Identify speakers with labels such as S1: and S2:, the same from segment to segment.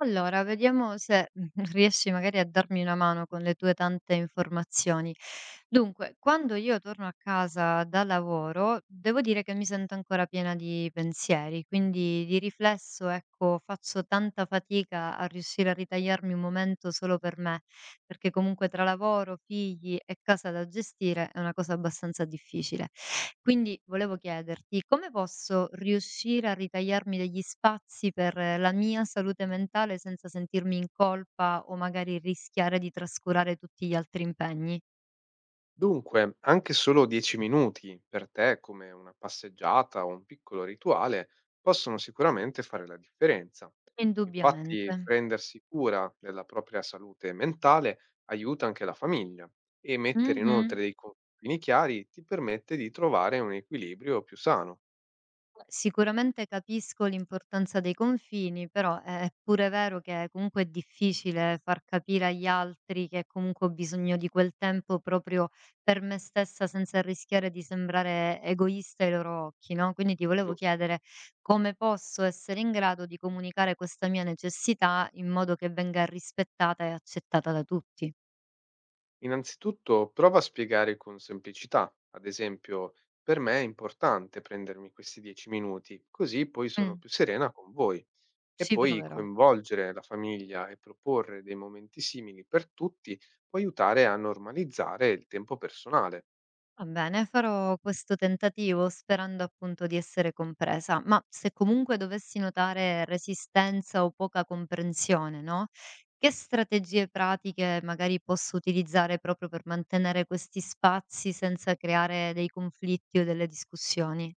S1: Allora, vediamo se riesci magari a darmi una mano con le tue tante informazioni. Dunque, quando io torno a casa da lavoro, devo dire che mi sento ancora piena di pensieri, quindi di riflesso, ecco, faccio tanta fatica a riuscire a ritagliarmi un momento solo per me, perché comunque tra lavoro, figli e casa da gestire è una cosa abbastanza difficile. Quindi volevo chiederti come posso riuscire a ritagliarmi degli spazi per la mia salute mentale senza sentirmi in colpa o magari rischiare di trascurare tutti gli altri impegni?
S2: Dunque, anche solo 10 minuti per te, come una passeggiata o un piccolo rituale, possono sicuramente fare la differenza.
S1: Indubbiamente.
S2: Infatti, prendersi cura della propria salute mentale aiuta anche la famiglia e mettere
S1: Mh-mh.
S2: inoltre dei confini chiari ti permette di trovare un equilibrio più sano,
S1: Sicuramente capisco l'importanza dei confini, però è pure vero che comunque è difficile far capire agli altri che comunque ho bisogno di quel tempo proprio per me stessa senza rischiare di sembrare egoista ai loro occhi, no? Quindi ti volevo
S2: giusto?
S1: chiedere come posso essere in grado di comunicare questa mia necessità in modo che venga rispettata e accettata da tutti.
S2: Innanzitutto, prova a spiegare con semplicità, ad esempio, per me è importante prendermi questi 10 minuti, così poi sono
S1: Mm,
S2: più serena con voi. E
S1: ci
S2: poi
S1: proverò.
S2: coinvolgere la famiglia e proporre dei momenti simili per tutti può aiutare a normalizzare il tempo personale.
S1: Va bene, farò questo tentativo sperando appunto di essere compresa, ma se comunque dovessi notare resistenza o poca comprensione, no? Che strategie pratiche magari posso utilizzare proprio per mantenere questi spazi senza creare dei conflitti o delle discussioni?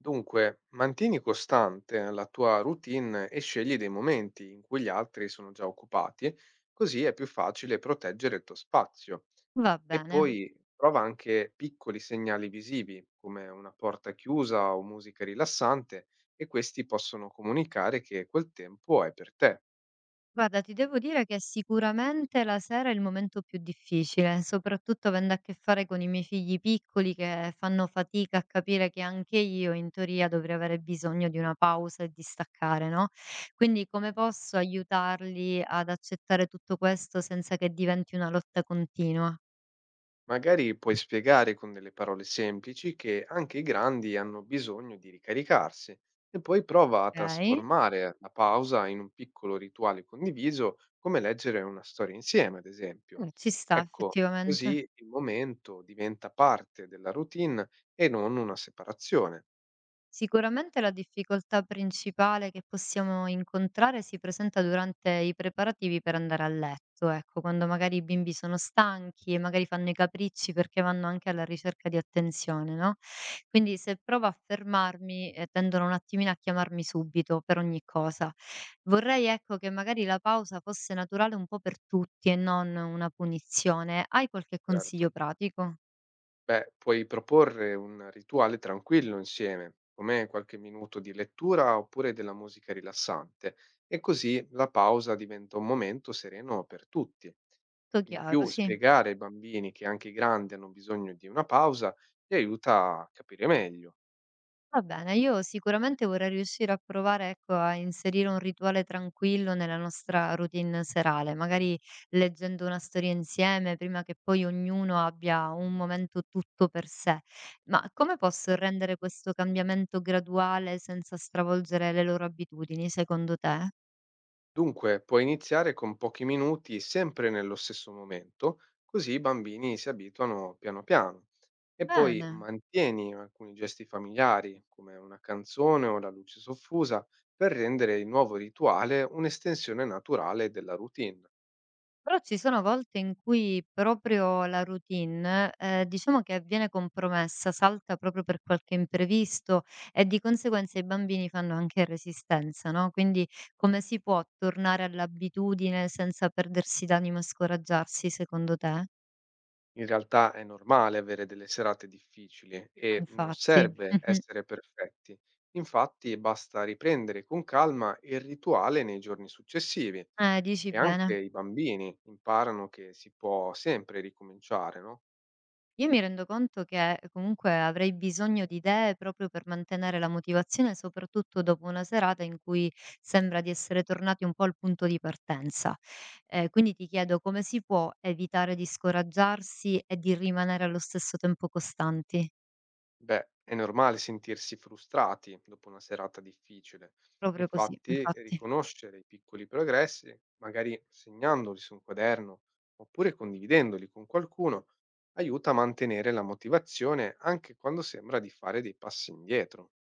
S2: Dunque, mantieni costante la tua routine e scegli dei momenti in cui gli altri sono già occupati, così è più facile proteggere il tuo spazio.
S1: Va
S2: E
S1: bene.
S2: poi prova anche piccoli segnali visivi, come una porta chiusa o musica rilassante, e questi possono comunicare che quel tempo è per te.
S1: Guarda, ti devo dire che sicuramente la sera è il momento più difficile, soprattutto avendo a che fare con i miei figli piccoli che fanno fatica a capire che anche io in teoria dovrei avere bisogno di una pausa e di staccare, no? Quindi come posso aiutarli ad accettare tutto questo senza che diventi una lotta continua?
S2: Magari puoi spiegare con delle parole semplici che anche i grandi hanno bisogno di ricaricarsi e poi prova a
S1: Ok?
S2: trasformare la pausa in un piccolo rituale condiviso, come leggere una storia insieme, ad esempio.
S1: Mm, ci sta
S2: Ecco,
S1: effettivamente.
S2: così il momento diventa parte della routine e non una separazione.
S1: Sicuramente la difficoltà principale che possiamo incontrare si presenta durante i preparativi per andare a letto, ecco, quando magari i bimbi sono stanchi e magari fanno i capricci perché vanno anche alla ricerca di attenzione, no? Quindi se provo a fermarmi, tendono un attimino a chiamarmi subito per ogni cosa. Vorrei, ecco, che magari la pausa fosse naturale un po' per tutti e non una punizione. Hai qualche
S2: Certo.
S1: consiglio pratico?
S2: Beh, puoi proporre un rituale tranquillo insieme, come qualche minuto di lettura oppure della musica rilassante, e così la pausa diventa un momento sereno per tutti.
S1: Tutto
S2: In
S1: chiaro,
S2: più,
S1: sì.
S2: spiegare ai bambini che anche i grandi hanno bisogno di una pausa li aiuta a capire meglio.
S1: Va bene, io sicuramente vorrei riuscire a provare, ecco, a inserire un rituale tranquillo nella nostra routine serale, magari leggendo una storia insieme, prima che poi ognuno abbia un momento tutto per sé. Ma come posso rendere questo cambiamento graduale senza stravolgere le loro abitudini, secondo te?
S2: Dunque, puoi iniziare con pochi minuti sempre nello stesso momento, così i bambini si abituano piano piano. E poi
S1: Bene.
S2: mantieni alcuni gesti familiari, come una canzone o la luce soffusa, per rendere il nuovo rituale un'estensione naturale della routine.
S1: Però ci sono volte in cui proprio la routine, diciamo che viene compromessa, salta proprio per qualche imprevisto e di conseguenza i bambini fanno anche resistenza, no, quindi come si può tornare all'abitudine senza perdersi d'animo e scoraggiarsi secondo te?
S2: In realtà è normale avere delle serate difficili
S1: Eh
S2: e non
S1: infatti.
S2: serve
S1: Mh-mh.
S2: essere perfetti. Infatti basta riprendere con calma il rituale nei giorni successivi
S1: Dici
S2: e anche
S1: bene.
S2: i bambini imparano che si può sempre ricominciare, no?
S1: Io mi rendo conto che comunque avrei bisogno di idee proprio per mantenere la motivazione, soprattutto dopo una serata in cui sembra di essere tornati un po' al punto di partenza. Quindi ti chiedo come si può evitare di scoraggiarsi e di rimanere allo stesso tempo costanti.
S2: Beh, è normale sentirsi frustrati dopo una serata difficile.
S1: Proprio così,
S2: Infatti,
S1: infatti.
S2: riconoscere i piccoli progressi, magari segnandoli su un quaderno oppure condividendoli con qualcuno, aiuta a mantenere la motivazione anche quando sembra di fare dei passi indietro.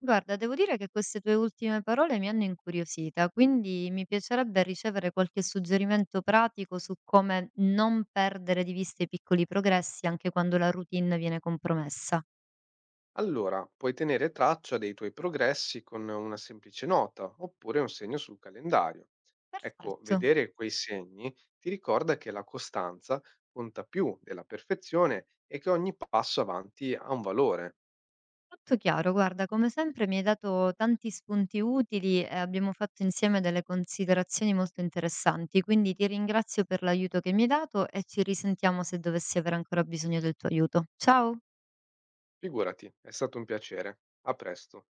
S1: Guarda, devo dire che queste tue ultime parole mi hanno incuriosita, quindi mi piacerebbe ricevere qualche suggerimento pratico su come non perdere di vista i piccoli progressi anche quando la routine viene compromessa.
S2: Allora, puoi tenere traccia dei tuoi progressi con una semplice nota oppure un segno sul calendario. Ecco,
S1: Perfetto,
S2: vedere quei segni ti ricorda che la costanza conta più della perfezione e che ogni passo avanti ha un valore.
S1: tutto chiaro. Guarda, come sempre mi hai dato tanti spunti utili e abbiamo fatto insieme delle considerazioni molto interessanti, quindi ti ringrazio per l'aiuto che mi hai dato e ci risentiamo se dovessi avere ancora bisogno del tuo aiuto. Ciao!
S2: Figurati, è stato un piacere. A presto.